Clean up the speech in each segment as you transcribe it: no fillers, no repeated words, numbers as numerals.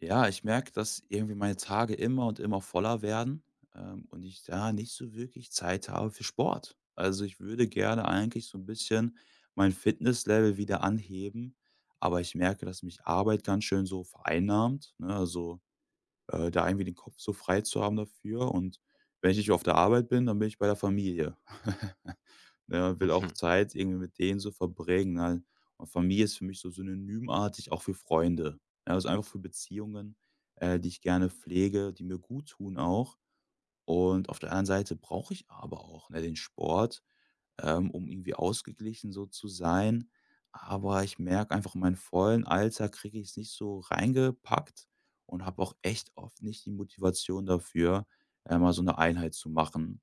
Ja, ich merke, dass irgendwie meine Tage immer und immer voller werden, und ich da nicht so wirklich Zeit habe für Sport. Also, ich würde gerne eigentlich so ein bisschen mein Fitnesslevel wieder anheben, aber ich merke, dass mich Arbeit ganz schön so vereinnahmt, ne? Also da irgendwie den Kopf so frei zu haben dafür. Und wenn ich nicht auf der Arbeit bin, dann bin ich bei der Familie. Ne, will auch Mhm, Zeit irgendwie mit denen so verbringen. Ne? Und Familie ist für mich so synonymartig auch für Freunde. Ja, also einfach für Beziehungen, die ich gerne pflege, die mir gut tun auch. Und auf der anderen Seite brauche ich aber auch ne, den Sport, um irgendwie ausgeglichen so zu sein. Aber ich merke einfach, meinen vollen Alltag kriege ich es nicht so reingepackt und habe auch echt oft nicht die Motivation dafür, mal so eine Einheit zu machen.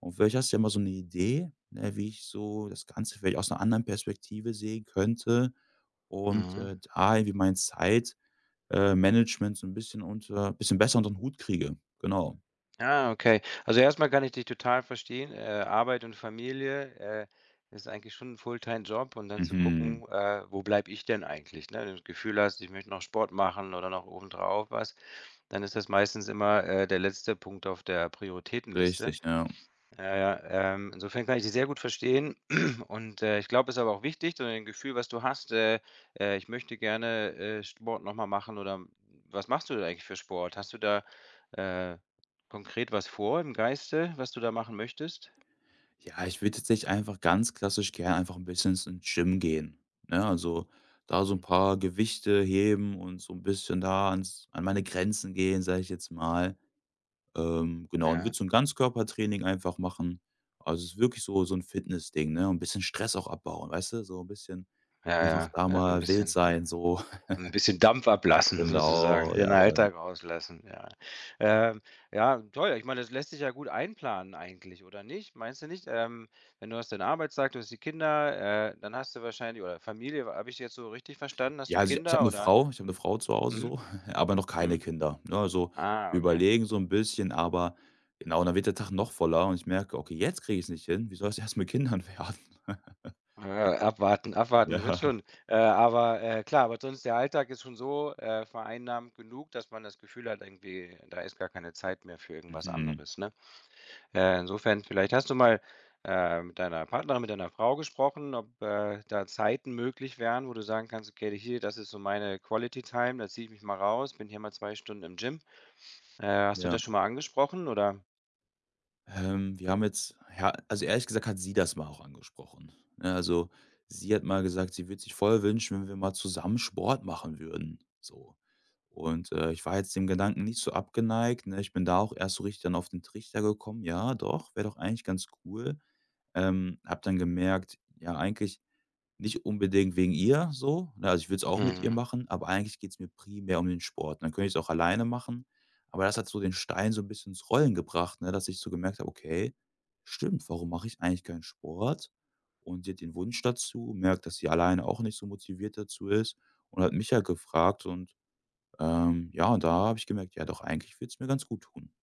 Und vielleicht hast du ja mal so eine Idee, ne, wie ich so das Ganze vielleicht aus einer anderen Perspektive sehen könnte und, mhm. Da irgendwie mein Zeit Management so ein bisschen unter bisschen besser unter den Hut kriege. Genau. Ah, okay. Also, erstmal kann ich dich total verstehen. Arbeit und Familie, äh, ist eigentlich schon 'n Fulltime-Job und dann zu Mhm. gucken, wo bleib ich denn eigentlich, ne? Wenn du das Gefühl hast, ich möchte noch Sport machen oder noch obendrauf was, dann ist das meistens immer, der letzte Punkt auf der Prioritätenliste. Richtig, ja. Ja, ja, insofern kann ich dich sehr gut verstehen und, ich glaube, es ist aber auch wichtig, so ein Gefühl, was du hast, „Ich möchte gerne, Sport noch mal machen“ oder was machst du denn eigentlich für Sport? Hast du da, äh, konkret was vor im Geiste, was du da machen möchtest? Ja, ich würde jetzt nicht einfach ganz klassisch gern einfach ein bisschen ins Gym gehen, ne? Also, da so ein Mhm, paar Gewichte heben und so ein bisschen da ans an meine Grenzen gehen, sage ich jetzt mal. Genau, und würde ja. so ein Ganzkörpertraining einfach machen. Also, es ist wirklich so ein Fitnessding, ne? Und 'n bisschen Stress auch abbauen, weißt du? So ein bisschen Ja, einfach ja, da ja, mal wild sein, so. 'n bisschen Dampf ablassen Genau, sozusagen, ja. den Alltag rauslassen, ja. Ähm, ja, toll. Ich meine, das lässt sich ja gut einplanen eigentlich, oder nicht? Meinst du nicht? Wenn du hast deinen Arbeitstag, du hast die Kinder, dann hast du wahrscheinlich oder Familie, habe ich jetzt so richtig verstanden? Hast Ja, du also, ich habe Kinder eine oder? Frau zu Hause Mhm, so, aber noch keine mhm. Kinder, ne? Also, Ah, wir okay. überlegen so ein bisschen, aber genau, und dann wird der Tag noch voller und ich merke: „Okay, jetzt kriege ich es nicht hin. Wie soll's erst mit Kindern werden?“ Ja, abwarten, abwarten wird Ja. schon. Aber, klar, aber sonst der Alltag ist schon so, vereinnahmt genug, dass man das Gefühl hat, irgendwie, da ist gar keine Zeit mehr für irgendwas Mhm. anderes, ne? Insofern, vielleicht hast du mal, mit deiner Partnerin, mit deiner Frau gesprochen, ob, da Zeiten möglich wären, wo du sagen kannst: „Okay, hier, das ist so meine Quality Time, da ziehe ich mich mal raus, bin hier mal 2 Stunden im Gym.“ hast du Ja. das schon mal angesprochen oder? Wir haben jetzt ja, also ehrlich gesagt hat sie das mal auch angesprochen, ne? Also, sie hat mal gesagt, sie würde sich voll wünschen, wenn wir mal zusammen Sport machen würden, so. Und, ich war jetzt dem Gedanken nicht so abgeneigt, ne? Ich bin da auch erst so richtig dann auf den Trichter gekommen: „Ja, doch, wäre doch eigentlich ganz cool.“ Habe dann gemerkt, ja, eigentlich nicht unbedingt wegen ihr so, ne? Also, ich würde es auch mit ihr Mhm, machen, aber eigentlich geht's mir primär um den Sport. Dann könnte ich es auch alleine machen, aber das hat so den Stein so ein bisschen ins Rollen gebracht, ne, dass ich so gemerkt habe: „Okay, stimmt, warum mache ich eigentlich keinen Sport?“ Und sie hat den Wunsch dazu, merkt, dass sie alleine auch nicht so motiviert dazu ist und hat mich ja gefragt und, ja, und da habe ich gemerkt: „Ja doch, eigentlich würde es mir ganz gut tun.“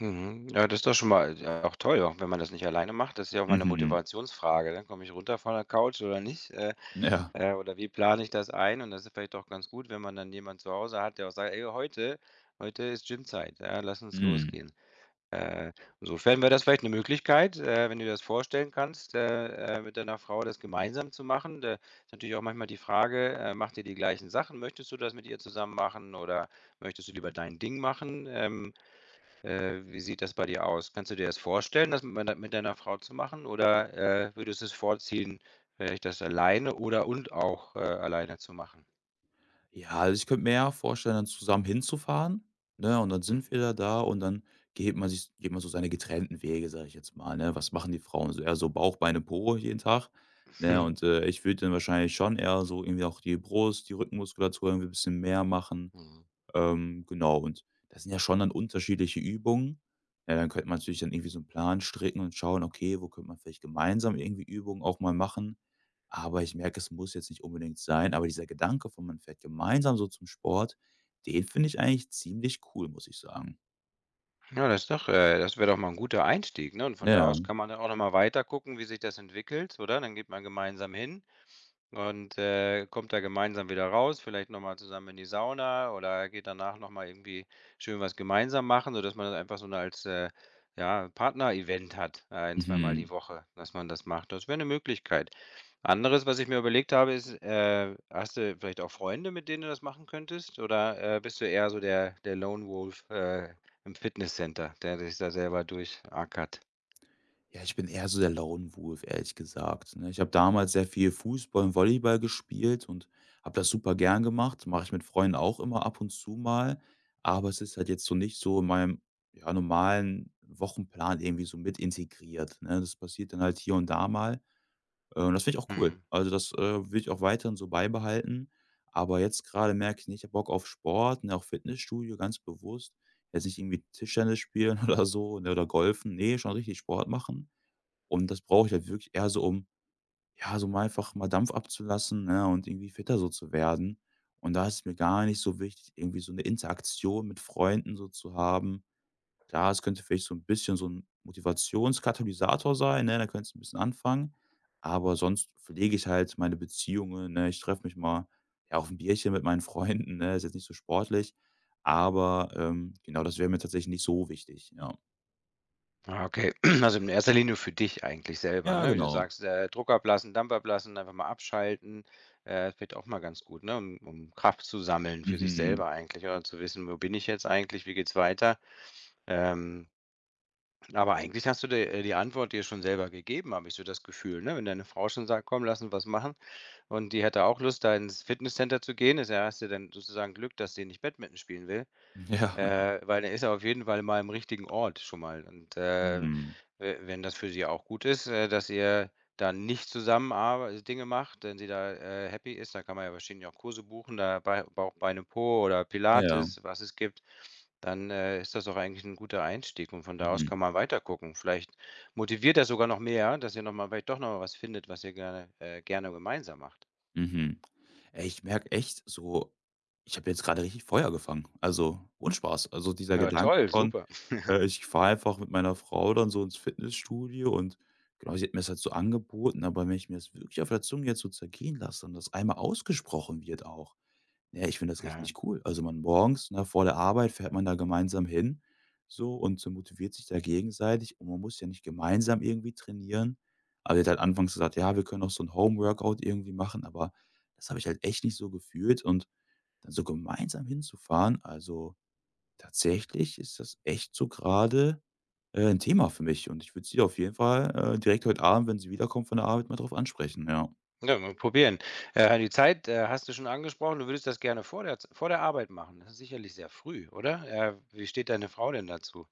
mhm. Ja, das ist doch schon mal, auch toll, auch wenn man das nicht alleine macht. Das ist ja auch mal eine Mhm. Motivationsfrage, dann „Komme ich runter von der Couch oder nicht? Ja. Oder wie plane ich das ein?“ Und das ist vielleicht auch ganz gut, wenn man dann jemand zu Hause hat, der auch sagt: „Ey, heute ist Gymzeit, ja, lass uns Mhm. losgehen.“ Äh, insofern wäre das vielleicht eine Möglichkeit, wenn du dir das vorstellen kannst, mit deiner Frau das gemeinsam zu machen. Da ist natürlich auch manchmal die Frage, macht ihr die gleichen Sachen? Möchtest du das mit ihr zusammen machen oder möchtest du lieber dein Ding machen? Wie sieht das bei dir aus? Kannst du dir das vorstellen, das mit mei mit deiner Frau zu machen oder, würdest du es vorziehen, vielleicht das alleine oder und auch, alleine zu machen? Ja, also ich könnte mir eher vorstellen, dann zusammen hinzufahren, ne? Und dann sind wir Mhm. da und dann geht man so seine getrennten Wege, sage ich jetzt mal, ne? Was machen die Frauen so? Eher so Bauch, Beine, Po jeden Tag, ne? Und, ich würde dann wahrscheinlich schon eher so irgendwie auch die Brust, die Rückenmuskulatur irgendwie ein bisschen mehr machen. Mhm. Genau, und das sind ja schon dann unterschiedliche Übungen. Ja, dann könnte man natürlich dann irgendwie so einen Plan stricken und schauen, okay, wo könnte man vielleicht gemeinsam irgendwie Übungen auch mal machen. Aber ich merke, es muss jetzt nicht unbedingt sein. Aber dieser Gedanke von, man fährt gemeinsam so zum Sport, den finde ich eigentlich ziemlich cool, muss ich sagen. Ja, das ist doch das wäre doch mal ein guter Einstieg, ne? Und von da Ja. aus kann man dann auch noch mal weiter gucken, wie sich das entwickelt, oder? Dann geht man gemeinsam hin und, kommt da gemeinsam wieder raus, vielleicht noch mal zusammen in die Sauna oder geht danach noch mal irgendwie schön was gemeinsam machen, sodass man das einfach so 'ne als, ja, Partner-Event hat, ein zweimal die Mhm. Woche, dass man das macht. Das wäre eine Möglichkeit. Anderes, was ich mir überlegt habe, ist, hast du vielleicht auch Freunde, mit denen du das machen könntest? Oder, bist du eher so der Lone Wolf, im Fitnesscenter, der sich da selber durchackert? Ja, ich bin eher so der Lone Wolf, ehrlich gesagt, ne? Ich habe damals sehr viel Fußball und Volleyball gespielt und habe das super gern gemacht. Mache ich mit Freunden auch immer ab und zu mal, aber es ist halt jetzt so nicht so in meinem, ja, normalen Wochenplan irgendwie so mit integriert, ne? Das passiert dann halt hier und da mal. Und das finde ich auch cool. Mhm. Also, das, will ich auch weiterhin so beibehalten. Aber jetzt gerade merke ich, nicht ich habe Bock auf Sport, ne, auch Fitnessstudio, ganz bewusst. Jetzt nicht irgendwie Tischtennis spielen oder so, ne, oder golfen. Ne, schon richtig Sport machen. Und das brauche ich halt wirklich eher so, um, ja, so mal einfach mal Dampf abzulassen, ne, und irgendwie fitter so zu werden. Und da ist es mir gar nicht so wichtig, irgendwie so eine Interaktion mit Freunden so zu haben. Klar, es könnte vielleicht so ein bisschen so ein Motivationskatalysator sein, ne? Da könntest du ein bisschen anfangen, aber sonst pflege ich halt meine Beziehungen, ne? Ich treffe mich mal, ja, auf ein Bierchen mit meinen Freunden, ne? Ist jetzt nicht so sportlich, aber, genau, das wäre mir tatsächlich nicht so wichtig, ja. Ah, okay. Also, in erster Linie für dich eigentlich selber, Ja, ne? Wie du genau. sagst, Druck ablassen, Dampf ablassen, einfach mal abschalten. Das wird auch mal ganz gut, ne? Um, um Kraft zu sammeln für sich Mhm. selber eigentlich oder zu wissen, wo bin ich jetzt eigentlich, wie geht's weiter? Ähm, aber eigentlich hast du dir, die Antwort dir schon selber gegeben, habe ich so das Gefühl, ne? Wenn deine Frau schon sagt: „Komm, lass uns was machen“ und die hätte auch Lust, da ins Fitnesscenter zu gehen, ist ja hast du dann sozusagen Glück, dass sie nicht Badminton spielen will. Ja. Weil dann ist er auf jeden Fall mal im richtigen Ort schon mal. Und, Mhm. we wenn das für sie auch gut ist, dass ihr da nicht zusammen arbe Dinge macht, wenn sie da, happy ist, da kann man ja wahrscheinlich auch Kurse buchen, da bei Bauch, Beine, Po oder Ja, ja. Pilates, was es gibt, dann, ist das auch eigentlich ein guter Einstieg und von da aus Mhm, kann man weiter gucken. Vielleicht motiviert das sogar noch mehr, dass ihr noch mal vielleicht doch noch mal was findet, was ihr gerne gerne gemeinsam macht. mhm. Ey, ich merke echt so, ich habe jetzt gerade richtig Feuer gefangen, also, ohne Spaß. Also, dieser Ja, Gedanke toll, von, super. Ich fahre einfach mit meiner Frau dann so ins Fitnessstudio und genau, sie hat mir's halt so angeboten, aber wenn ich mir das wirklich auf der Zunge jetzt so zergehen lasse und das einmal ausgesprochen wird auch. Ja, ich finde das Ja. richtig cool. Also, man morgens, ne, vor der Arbeit fährt man da gemeinsam hin so und so motiviert sich da gegenseitig und man muss ja nicht gemeinsam irgendwie trainieren. Aber der hat halt anfangs gesagt: „Ja, wir können auch so 'n Home-Workout irgendwie machen“, aber das habe ich halt echt nicht so gefühlt und dann so gemeinsam hinzufahren also, tatsächlich ist das echt so grade, 'n Thema für mich und ich würde sie auf jeden Fall, direkt heute Abend, wenn sie wiederkommt von der Arbeit, mal drauf ansprechen, ja. Ja, mal probieren. Die Zeit, hast du schon angesprochen, du würdest das gerne vor der Z vor der Arbeit machen. Das ist sicherlich sehr früh, oder? Wie steht deine Frau denn dazu?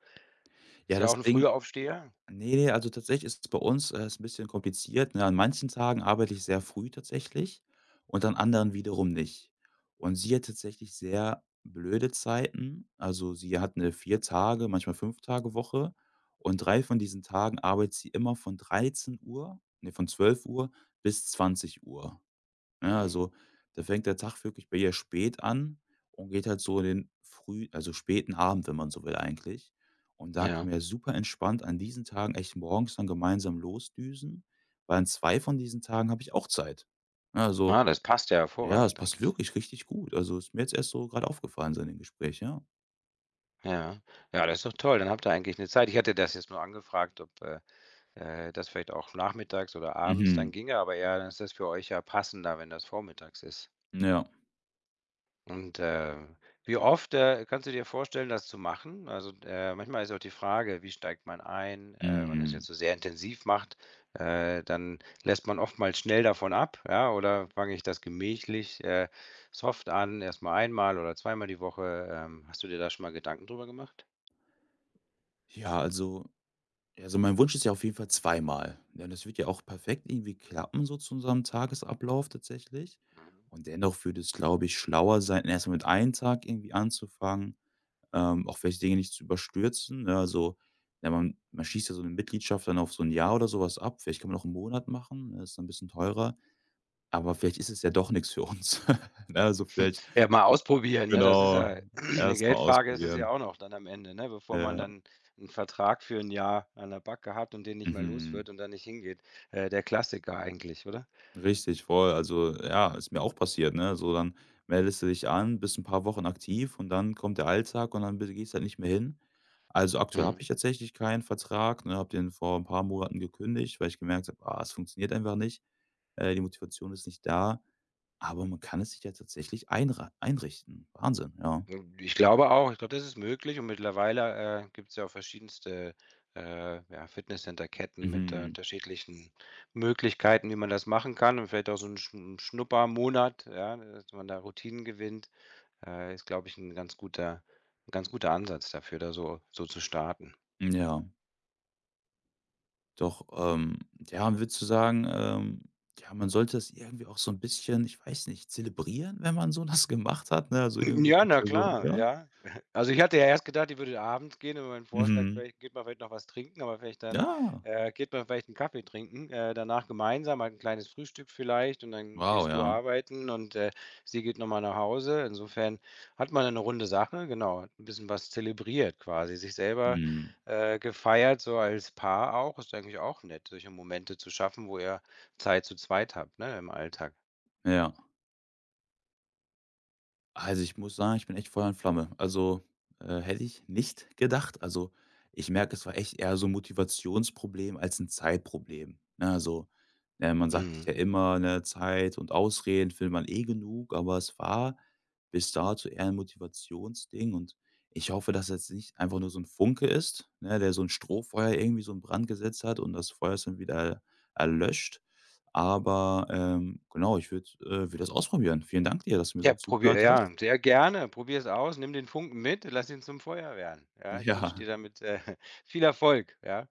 Ist Ja, ja auch das 'n Ding. Frühaufsteher? Ne, ne, also tatsächlich ist es bei uns, ist 'n bisschen kompliziert, ne? An manchen Tagen arbeite ich sehr früh tatsächlich und an anderen wiederum nicht. Und sie hat tatsächlich sehr blöde Zeiten. Also, sie hat eine 4 Tage, manchmal 5-Tage-Woche und 3 von diesen Tagen arbeitet sie immer von 13 Uhr, ne, von 12 Uhr bis 20 Uhr, ja Mhm, also, da fängt der Tag wirklich bei ihr spät an und geht halt so in den früh also, späten Abend, wenn man so will eigentlich. Und da ja. können ja super entspannt an diesen Tagen echt morgens dann gemeinsam losdüsen, weil an 2 von diesen Tagen habe ich auch Zeit. Ne, also, Ah, das passt ja ja, es hervorragend, passt denke ich. wirklich richtig gut. Also, ist mir jetzt erst so gerade aufgefallen so in dem Gespräch, ja. Ja. Ja, das ist doch toll, dann habt ihr eigentlich eine Zeit. Ich hatte das jetzt nur angefragt, ob, das vielleicht auch nachmittags oder abends dann Mhm. ginge, aber ja, dann ist das für euch ja passender, wenn das vormittags ist. Ja. Und, wie oft, kannst du dir vorstellen, das zu machen? Also, manchmal ist auch die Frage, wie steigt man ein? Wenn man das Mhm. jetzt so sehr intensiv macht, dann lässt man oftmals schnell davon ab, ja? Oder fange ich das gemächlich, soft an, erst mal einmal oder zweimal die Woche? Hast du dir da schon mal Gedanken drüber gemacht? Ja, also Ja, also mein Wunsch ist ja auf jeden Fall zweimal. Ja, das wird ja auch perfekt irgendwie klappen, so zu unserem Tagesablauf tatsächlich. Und dennoch würde es, glaube ich, schlauer sein, erstmal mit einem Tag irgendwie anzufangen, auch vielleicht Dinge nicht zu überstürzen. Ne? Also, ja, man schießt ja so eine Mitgliedschaft dann auf so ein Jahr oder sowas ab. Vielleicht kann man auch einen Monat machen, ne, ist dann ein bisschen teurer. Aber vielleicht ist es ja doch nichts für uns. Ne? Also vielleicht, Ja, mal ausprobieren, ne? Das ist genau, ja eine erstmal Geldfrage ist es ja ausprobieren. auch noch dann am Ende, ne? Bevor Ja. man dann einen Vertrag für ein Jahr an der Backe hat und den nicht mehr los Mhm. wird und dann nicht hingeht. Der Klassiker eigentlich, oder? Richtig, voll. Also, ja, ist mir auch passiert, ne? So, dann meldest du dich an, bist ein paar Wochen aktiv und dann kommt der Alltag und dann be gehst halt nicht mehr hin. Also, aktuell habe Mhm. ich tatsächlich keinen Vertrag, ne, habe den vor ein paar Monaten gekündigt, weil ich gemerkt habe: „Ah, es funktioniert einfach nicht. Die Motivation ist nicht da.“ Aber man kann es sich ja tatsächlich einrei einrichten. Wahnsinn, ja. Ich glaube auch. Ich glaube, das ist möglich und mittlerweile, gibt es ja auch verschiedenste, ja, Fitnesscenter-Ketten mit, Mhm. unterschiedlichen Möglichkeiten, wie man das machen kann und vielleicht auch so 'n Schn einen Schnuppermonat, ja, dass man da Routinen gewinnt. Ist, glaube ich, ein ganz guter 'n ganz guter Ansatz dafür, da so zu starten. Ja. Doch, ja, würdest du sagen, ja, man sollte es irgendwie auch so ein bisschen, ich weiß nicht, zelebrieren, wenn man so was gemacht hat, ne? Also, irgendwie Ja, denkt na man so, klar, ja? ja. Also, ich hatte ja erst gedacht, die würde abends gehen und mein Vorschlag Mhm. vielleicht geht man vielleicht noch was trinken, aber vielleicht dann, Ja. Geht man vielleicht einen Kaffee trinken, danach gemeinsam, halt 'n kleines Frühstück vielleicht und dann Wow, gehst du ja. arbeiten und, sie geht noch mal nach Hause. Insofern hat man eine runde Sache, genau, ein bisschen was zelebriert quasi, sich selber, Mhm. Gefeiert, so als Paar auch. Ist eigentlich auch nett, solche Momente zu schaffen, wo ihr Zeit zu zweit habt, ne, im Alltag. Ja. Also, ich muss sagen, ich bin echt Feuer und Flamme. Also, hätte ich nicht gedacht. Also, ich merke, es war echt eher so 'n Motivationsproblem als ein Zeitproblem, ne? Also, man sagt sich Mhm. ja immer, ne, Zeit und Ausreden findet man eh genug, aber es war bis dato eher ein Motivationsding und ich hoffe, dass jetzt nicht einfach nur so ein Funke ist, ne, der so ein Strohfeuer irgendwie so in Brand gesetzt hat und das Feuer ist dann wieder erlöscht. Aber, genau, ich würde, würde das ausprobieren. Vielen Dank dir, dass du mir so Ja, probier zugehört ja, hast. sehr gerne. Probier es aus, nimm den Funken mit, lass ihn zum Feuer werden. Ja, ich wünsche Ja, dir damit, viel Erfolg. Ja,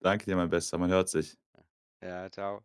danke dir, mein Bester. Man hört sich. ja, tschau.